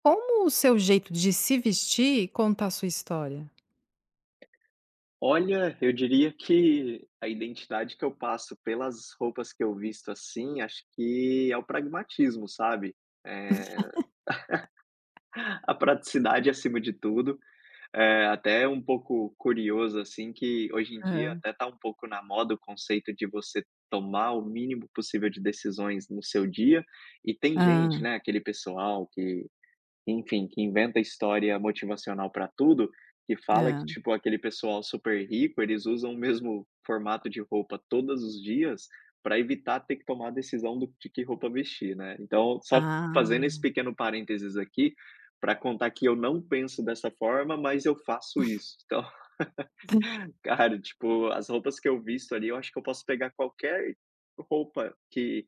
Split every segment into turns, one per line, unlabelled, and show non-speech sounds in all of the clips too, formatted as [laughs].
Como o seu jeito de se vestir conta a sua história?
Olha, eu diria que a identidade que eu passo pelas roupas que eu visto, assim, acho que é o pragmatismo, sabe? Eh, [laughs] a praticidade acima de tudo. Até um pouco curioso, assim, que hoje em dia
Hã.
até tá um pouco na moda o conceito de você tomar o mínimo possível de decisões no seu dia. E tem gente,
Hã.
né, aquele pessoal que enfim, que inventa história motivacional para tudo, que fala
Hã.
que, tipo, aquele pessoal super rico, eles usam o mesmo formato de roupa todos os dias para evitar ter que tomar a decisão do de que roupa vestir, né. Então, só fazendo esse
Ah.
pequeno parênteses aqui, para contar que eu não penso dessa forma, mas eu faço isso. Então
[laughs]
cara, tipo, as roupas que eu visto ali, eu acho que eu posso pegar qualquer roupa que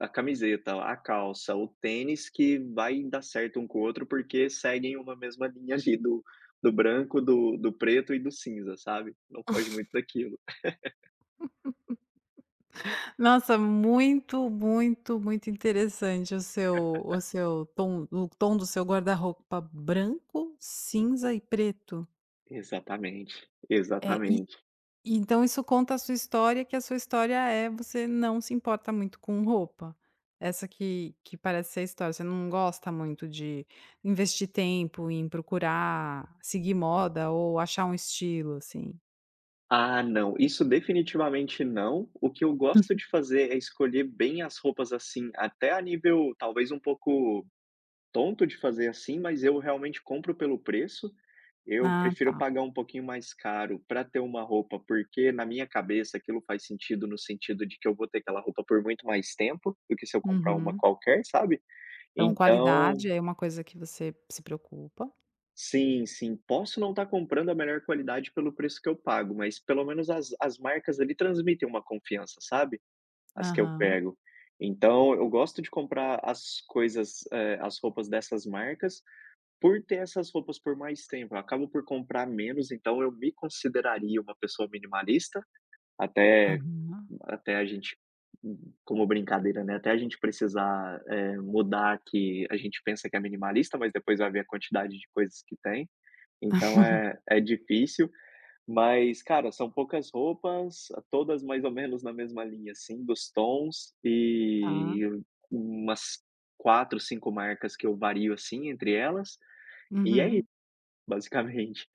a camiseta, a calça, o tênis que vai dar certo um com o outro, porque seguem uma mesma linha ali do branco, do preto e do cinza, sabe. Não foge muito daquilo.
Nossa, muito, muito, muito interessante o seu tom o tom do seu guarda-roupa branco, cinza e preto.
Exatamente,
É, e
exatamente.
E então isso conta a sua história, que a sua história é você não se importa muito com roupa. Essa que parece ser a história, você não gosta muito de investir tempo em procurar seguir moda ou achar um estilo, assim.
Ah, não, isso definitivamente não. O que eu gosto de fazer é escolher bem as roupas, assim, até a nível talvez um pouco tonto de fazer assim, mas eu realmente compro pelo preço. Eu
Ah,
prefiro
tá.
pagar um pouquinho mais caro para ter uma roupa, porque na minha cabeça aquilo faz sentido no sentido de que eu vou ter aquela roupa por muito mais tempo do que se eu comprar uma
Uhum.
qualquer, sabe.
Então
Então
qualidade é uma coisa que você se preocupa.
sim, sim, posso não estar comprando a melhor qualidade pelo preço que eu pago, mas pelo menos as marcas ali transmitem uma confiança, sabe, as que eu
Aham,
pego. Então eu gosto de comprar as coisas, as roupas dessas marcas. Por ter essas roupas por mais tempo, eu acabo por comprar menos, então eu me consideraria uma pessoa minimalista, até
aham,
até a gente como brincadeira, né, até a gente precisar, mudar, que a gente pensa que é minimalista, mas depois vai ver a quantidade de coisas que tem, então é difícil, mas, cara, são poucas roupas, todas mais ou menos na mesma linha, assim, dos tons,
tá.
e umas 4, 5 marcas que eu vario, assim, entre elas, e é
Uhum.
basicamente.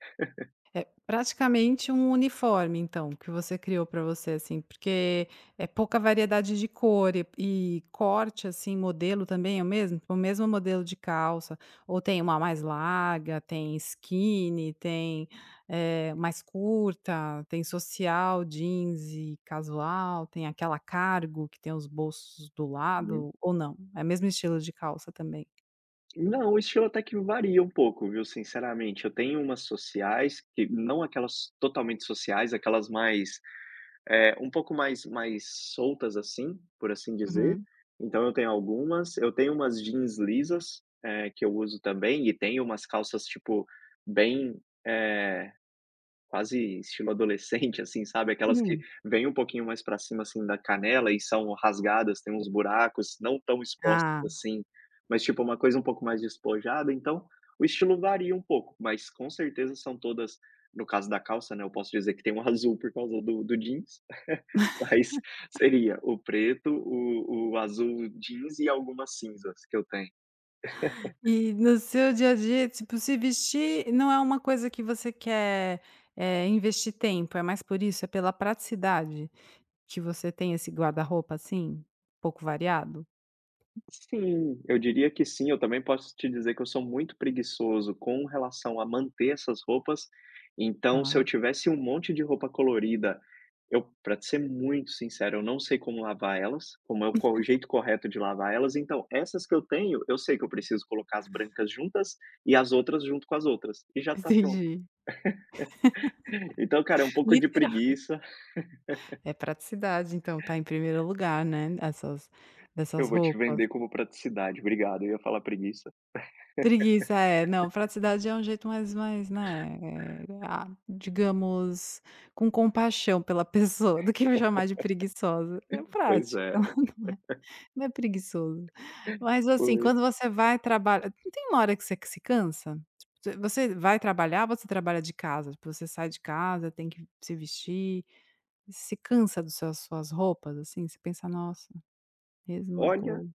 Praticamente um uniforme, então, que você criou para você, assim, porque é pouca variedade de cor e corte, assim, modelo também é o mesmo? O mesmo modelo de calça, ou tem uma mais larga, tem skinny, tem, mais curta, tem social, jeans e casual, tem aquela cargo que tem os bolsos do
Uhum.
lado, ou não? É o mesmo estilo de calça também?
Não, o estilo até que varia um pouco, viu, sinceramente. Eu tenho umas sociais que não aquelas totalmente sociais, aquelas mais, um pouco mais soltas, assim, por assim dizer.
Uhum.
Então eu tenho algumas, eu tenho umas jeans lisas, que eu uso também, e tenho umas calças, tipo, bem, eh quase estilo adolescente, assim, sabe, aquelas que
Hum.
vêm um pouquinho mais pra cima, assim, da canela e são rasgadas, têm uns buracos, não tão expostos
Ah.
assim, mas tipo uma coisa um pouco mais despojada, então o estilo varia um pouco, mas com certeza são todas no caso da calça, né, eu posso dizer que tem um [laughs] azul por causa do jeans, [laughs] mas seria o preto, o azul jeans e algumas cinzas que eu tenho.
E no seu dia a dia, tipo, se vestir não é uma coisa que você quer, investir tempo, é mais por isso? É pela praticidade que você tem esse guarda-roupa, assim, pouco variado?
Sim, eu diria que sim. Eu também posso te dizer que eu sou muito preguiçoso com relação a manter essas roupas.
Tá,
Então, se eu
[laughs]
tivesse um monte de roupa colorida, eu, para ser muito sincero, eu não sei como lavar elas, como é o o jeito correto de lavar elas. Então, essas que eu tenho, eu sei que eu preciso colocar as brancas juntas e as outras junto com as outras, e já tá pronto.
entendi.
Então, cara, é um pouco de
Literal
preguiça.
é praticidade, então, tá em primeiro lugar, né, essas dessas
Eu vou te
roupas.
vender como praticidade. Obrigado. Eu ia falar preguiça.
Preguiça, é. Não, praticidade é um jeito mais, né, digamos, com compaixão pela [laughs] pessoa do que chamar de preguiçosa. É
Pois
prática.
é.
[laughs] Não é preguiçoso. Mas, assim,
Pois.
quando você vai trabalha não tem uma hora que você que se cansa? Tipo, você vai trabalhar, você trabalha de casa? Tipo, você sai de casa, tem que se vestir. Você se cansa dos seus suas roupas, assim? Você pensa: "Nossa, mesma
Olha,
cor".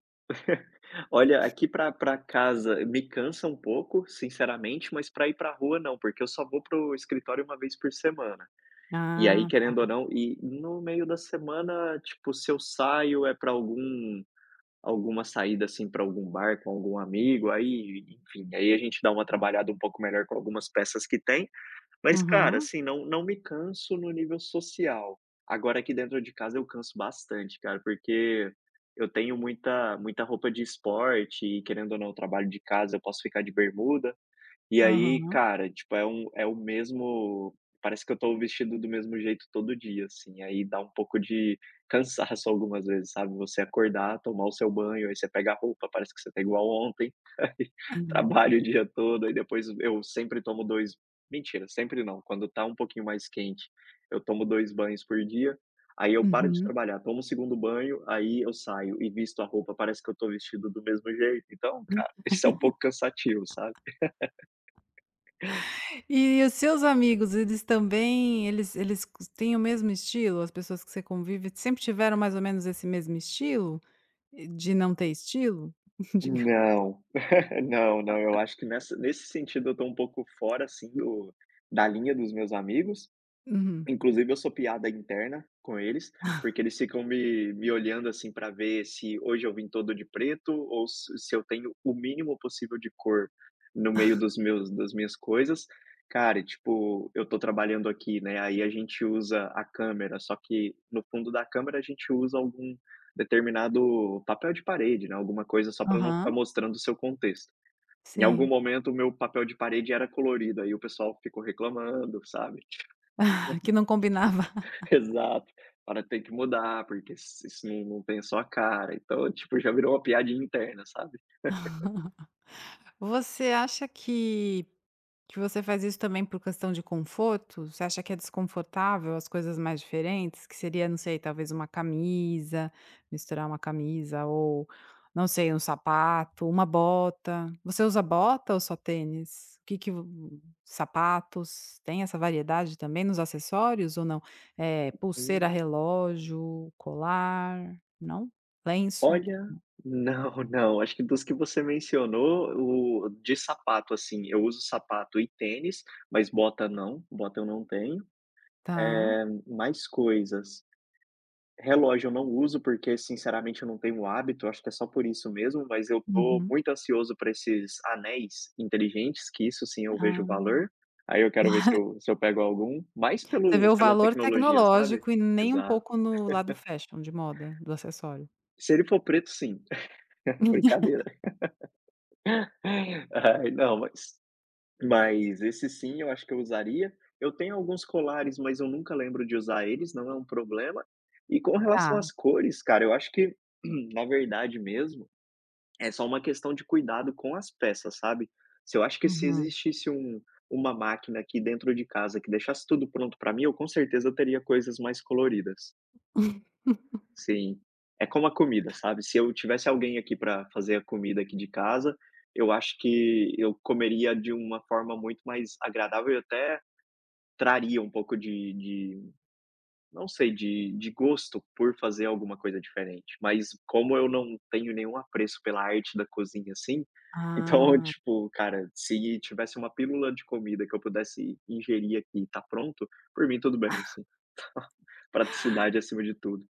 olha, aqui pra pra casa me cansa um pouco, sinceramente, mas pra ir pra rua não, porque eu só vou pro escritório uma vez por semana. E aí,
Ah,
querendo ou não, e no meio da semana, tipo, se eu saio é pra algum alguma saída, assim, pra algum bar com algum amigo, aí, enfim, aí a gente dá uma trabalhada um pouco melhor com algumas peças que tem. Mas, cara,
aham,
assim, não me canso no nível social. Agora aqui dentro de casa eu canso bastante, cara, porque eu tenho muita roupa de esporte e, querendo ou não, eu trabalho de casa, eu posso ficar de bermuda. E aí,
aham.
cara, tipo, é um é o mesmo, parece que eu tô vestido do mesmo jeito todo dia, assim, aí dá um pouco de cansaço algumas vezes, sabe, você acordar, tomar o seu banho, aí você pega a roupa, parece que você tá igual ontem, [laughs] aí
Uhum.
trabalha o dia todo, aí depois eu sempre tomo dois, mentira, sempre não, quando tá um pouquinho mais quente, eu tomo 2 banhos por dia, aí eu paro de
Uhum.
trabalhar, tomo o segundo banho, aí eu saio e visto a roupa, parece que eu tô vestido do mesmo jeito, então, cara, [laughs] isso é um pouco cansativo, sabe.
E os seus amigos, eles também eles eles cos têm o mesmo estilo? As pessoas que você convive sempre tiveram mais ou menos esse mesmo estilo, de não ter estilo? [laughs] Diga.
Não, [laughs] não, não, eu acho que nessa nesse sentido eu estou um pouco fora, assim, do da linha dos meus amigos.
Uhum.
Inclusive eu sou piada interna com eles, porque eles ficam me olhando, assim, para ver se hoje eu vim todo de preto ou se eu tenho o mínimo possível de cor no meio dos meus, das minhas coisas. Cara, e tipo, eu tô trabalhando aqui, né, aí a gente usa a câmera, só que no fundo da câmera a gente usa algum determinado papel de parede, né, alguma coisa só para não ficar
Aham,
mostrando o seu contexto. Em algum
sim.
momento o meu papel de parede era colorido, aí o pessoal ficou reclamando, sabe.
[laughs] Que não combinava.
Exato. Fala: "Tem que mudar, porque isso não tem só a cara". Então, tipo, já virou uma piadinha interna, sabe.
Você acha que você faz isso também por questão de conforto? Você acha que é desconfortável as coisas mais diferentes? Que seria, não sei, talvez uma camisa, misturar uma camisa ou, não sei, um sapato, uma bota. Você usa bota ou só tênis? O que que vo sapatos, tem essa variedade também nos acessórios ou não? Pulseira,
Hum.
relógio, colar, não? Lenço?
Olha, não, não, acho que dos que você mencionou, o de sapato, assim, eu uso sapato e tênis, mas bota não, bota eu não tenho.
Tá.
É mais coisas. Relógio eu não uso, porque sinceramente eu não tenho hábito, acho que é só por isso mesmo, mas eu tô
Uhum.
muito ansioso para esses anéis inteligentes, que isso sim eu vejo
Ah,
valor. Aí eu quero ver se eu pego algum, mais
você vê
pelo
o
pela
valor
tecnologia, sabe?
tecnológico e nem um
Exato.
pouco no lado fashion, de moda, do acessório.
Se ele for preto, sim. [laughs] Brincadeira. Ai, não, mas esse sim eu acho que eu usaria. Eu tenho alguns colares, mas eu nunca lembro de usar eles, não é um problema. E com relação
Tá.
às cores, cara, eu acho que, [clears throat] na verdade mesmo, é só uma questão de cuidado com as peças, sabe. Se eu acho que Se
Uhum.
existisse uma máquina aqui dentro de casa que deixasse tudo pronto pra mim, eu com certeza teria coisas mais coloridas. Sim. É como a comida, sabe, se eu tivesse alguém aqui pra fazer a comida aqui de casa, eu acho que eu comeria de uma forma muito mais agradável e até traria um pouco de não sei, de gosto por fazer alguma coisa diferente, mas como eu não tenho nenhum apreço pela arte da cozinha, assim, então, [laughs]
Ah.
tipo, cara, se tivesse uma pílula de comida que eu pudesse ingerir aqui e tá pronto, por mim tudo bem, assim. Praticidade acima de tudo.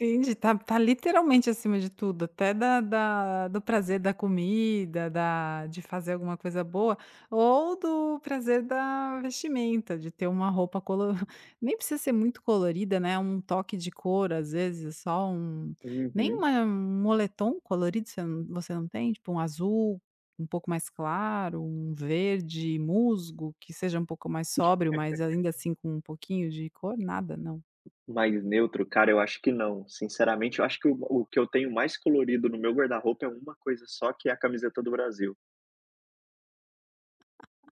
Entendi, tá literalmente acima de tudo, até da do prazer da comida, da de fazer alguma coisa boa, ou do prazer da vestimenta, de ter uma roupa colo [laughs] nem precisa ser muito colorida, né, um toque de cor, às vezes, só um nem
Uhum.
uma um moletom colorido você não tem? Tipo um azul um pouco mais claro, um verde musgo, que seja um pouco mais sóbrio, mas ainda assim com um pouquinho de cor? Nada, não?
Mais neutro? Cara, eu acho que não. Sinceramente, eu acho que o que eu tenho mais colorido no meu guarda-roupa é uma coisa só, que é a camiseta do Brasil,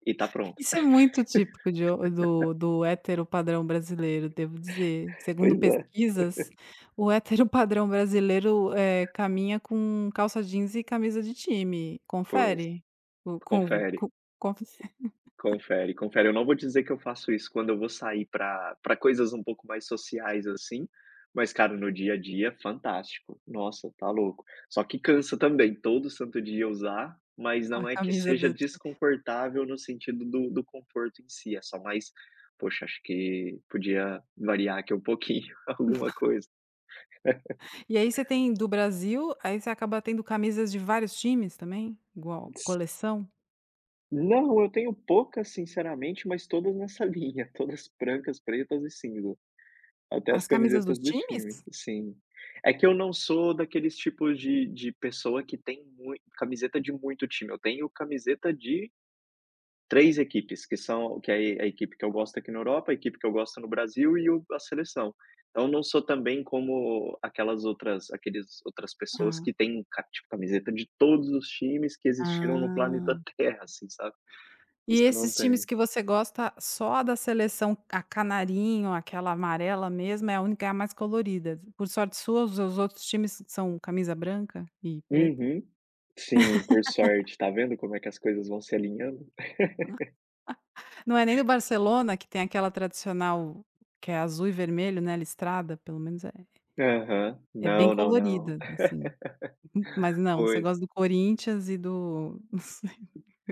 e tá pronto.
Isso é muito típico de ho do hétero padrão brasileiro, devo dizer. Segundo
Pois é,
pesquisas, o hétero [laughs] padrão brasileiro, caminha com calça jeans e camisa de time.
pois.
Confere? O com
Confere.
com confe [laughs]
Confere, confere. Eu não vou dizer que eu faço isso quando eu vou sair para coisas um pouco mais sociais, assim, mas, cara, no dia a dia, fantástico. Nossa, tá louco. Só que cansa também, todo santo dia usar, mas
a
não é que
camisa
seja
do ti
desconfortável no sentido do conforto em si, é só mais, poxa, acho que podia variar aqui um pouquinho, [laughs] alguma coisa.
e aí você tem do Brasil, aí você acaba tendo camisas de vários times também? Igual
S
coleção?
não, eu tenho poucas, sinceramente, mas todas nessa [laughs] linha, todas brancas, pretas e cinzas. Até as
As camisas dos
camisetas do
times?
time, sim. É que eu não sou daqueles tipos de pessoa que tem mui camiseta de muito time, eu tenho camiseta de 3 equipes, que são que é a equipe que eu gosto aqui na Europa, a equipe que eu gosto no Brasil e o a seleção. Então não sou também como aquelas outras aqueles outras pessoas
Ah,
que têm um ca tipo, camiseta de todos os times que existiram no
ah.
planeta [laughs] Terra, assim, sabe.
E
Isso eu não
esses times
tenho.
que você gosta só da seleção a canarinho, aquela amarela mesmo, é a única, é a mais colorida. Por sorte sua, os outros times são camisa branca e preta?
Uhum. Sim, por sorte, tá vendo como é que as coisas vão se alinhando?
Não é nem do Barcelona, que tem aquela tradicional que é azul e vermelho, né, listrada? Pelo menos é
Aham.
é bem
Não, não, não.
colorida,
[laughs]
assim. [laughs] Mas não, você
Pois,
gosta do Corinthians e do [laughs] não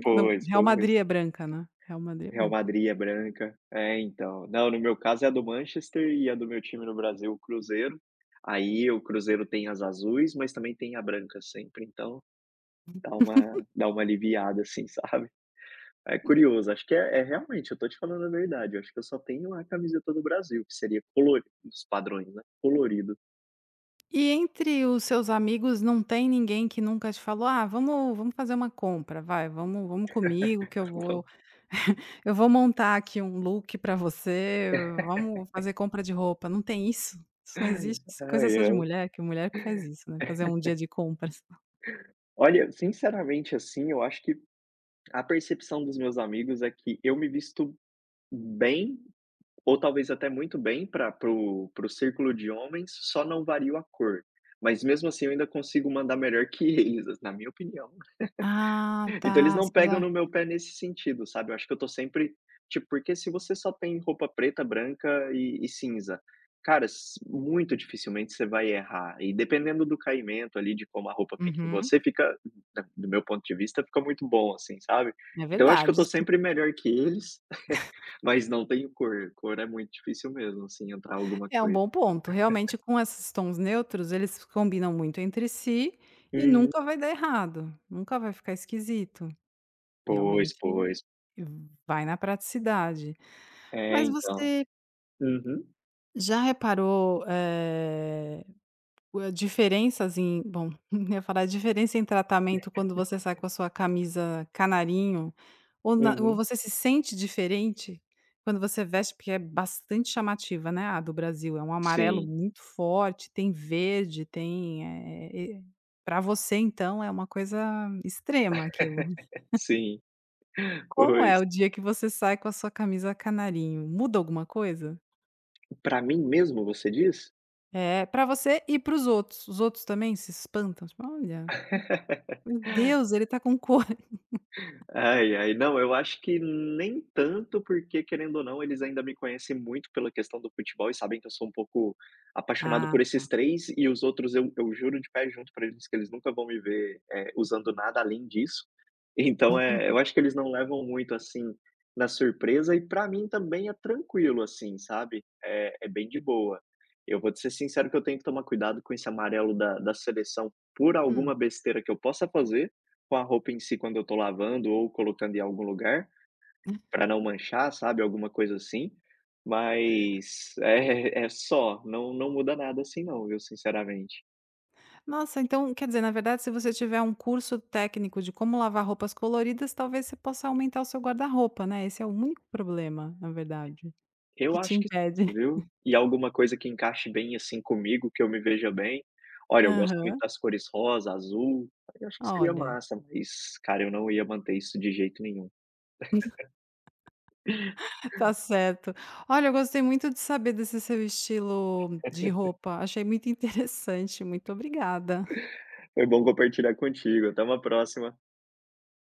pois,
Real
pois.
Madrid é branca, né? Real Madrid é
Real
branca.
Madrid é branca. É, então. Não, no meu caso é a do Manchester e a do meu time no Brasil, o Cruzeiro. Aí o Cruzeiro tem as azuis, mas também tem a branca sempre, então dá uma aliviada, assim, [laughs] sabe. É curioso, acho que é realmente, eu tô te falando a verdade, eu acho que eu só tenho a camiseta do Brasil, que seria colorido os padrões, né, colorido.
E entre os seus amigos não tem ninguém que nunca te falou: "Ah, vamos fazer uma compra, vai, vamos comigo que eu vou
[laughs]
[laughs] eu vou montar aqui um look pra você, vamos fazer compra de roupa". Não tem isso? Isso não existe? Isso é coisa
Ai,
só de
ai.
mulher que faz isso, né, fazer um dia de compras.
Olha, sinceramente, assim, eu acho que a percepção dos meus amigos é que eu me visto bem, ou talvez até muito bem, para pro círculo de homens, só não vario a cor. Mas mesmo assim eu ainda consigo mandar melhor que [laughs] eles, na minha opinião.
Ah, tá,
Então eles não
seus
pegam
a
no meu pé nesse sentido, sabe. Eu acho que eu estou sempre tipo, porque se você só tem roupa preta, branca e cinza, cara, s muito dificilmente você vai errar. E dependendo do caimento ali, de como a roupa fica em
uhum,
você, fica da do meu ponto de vista, fica muito bom, assim, sabe.
é
Então eu acho que eu
verdade.
estou
Isso
sempre melhor que eles, [laughs] mas não tenho cor. Cor é muito difícil mesmo, assim, entrar alguma
é um
coisa.
bom ponto. Realmente com esses tons neutros, eles combinam muito entre si e
Uhum.
nunca vai dar errado, nunca vai ficar esquisito.
Pois, pois.
Realmente vai na praticidade.
É,
Mas
então.
você
Uhum,
já reparou, o diferenças em bom, [laughs] eu ia falar a diferença em tratamento quando você sai com a sua camisa canarinho, ou
uhum.
você se sente diferente quando você veste porque é bastante chamativa, né, a do Brasil, é um amarelo
Sim,
muito forte, tem verde, tem, para você então é uma coisa extrema aquilo.
[laughs] sim.
Como é
Pois.
o dia que você sai com a sua camisa canarinho? Muda alguma coisa?
Pra mim mesmo, você diz?
É, pra você e para os outros. Os outros também se espantam? Tipo: "Olha, meu Deus, ele tá com cor". [laughs]
Ai, ai, não, eu acho que nem tanto, porque querendo ou não, eles ainda me conhecem muito pela questão do futebol e sabem que eu sou um pouco apaixonado
Ah.
por esses três, e os outros eu juro de pé junto pra eles que eles nunca vão me ver, usando nada além disso. Então, é, eu acho que eles não levam muito, assim, na surpresa, e pra mim também é tranquilo, assim, sabe, é bem de boa. Eu vou te ser sincero que eu tenho que tomar cuidado com esse amarelo da seleção por
Hum.
alguma besteira que eu possa fazer, com a roupa em si quando eu tô lavando ou colocando em algum lugar, pra não manchar, sabe, alguma coisa assim, mas é [laughs] é só, não muda nada assim não, viu, sinceramente.
Nossa, então quer dizer, na verdade, se você tiver um curso técnico de como lavar roupas coloridas, talvez você possa aumentar o seu guarda-roupa, né. Esse é o único problema, na verdade,
Eu
que te
acho que
impede.
sim,
[laughs]
viu. E alguma coisa que encaixe bem, assim, comigo, que eu me veja bem. Olha, eu gosto muito
Aham.
das cores rosa, azul, aí acho que seria
Olha.
massa, mas, cara, eu não ia manter isso de jeito nenhum. [laughs]
Tá certo. Olha, eu gostei muito de saber desse seu estilo de roupa. Achei muito [laughs] interessante. Muito obrigada.
Foi bom compartilhar contigo, até uma próxima.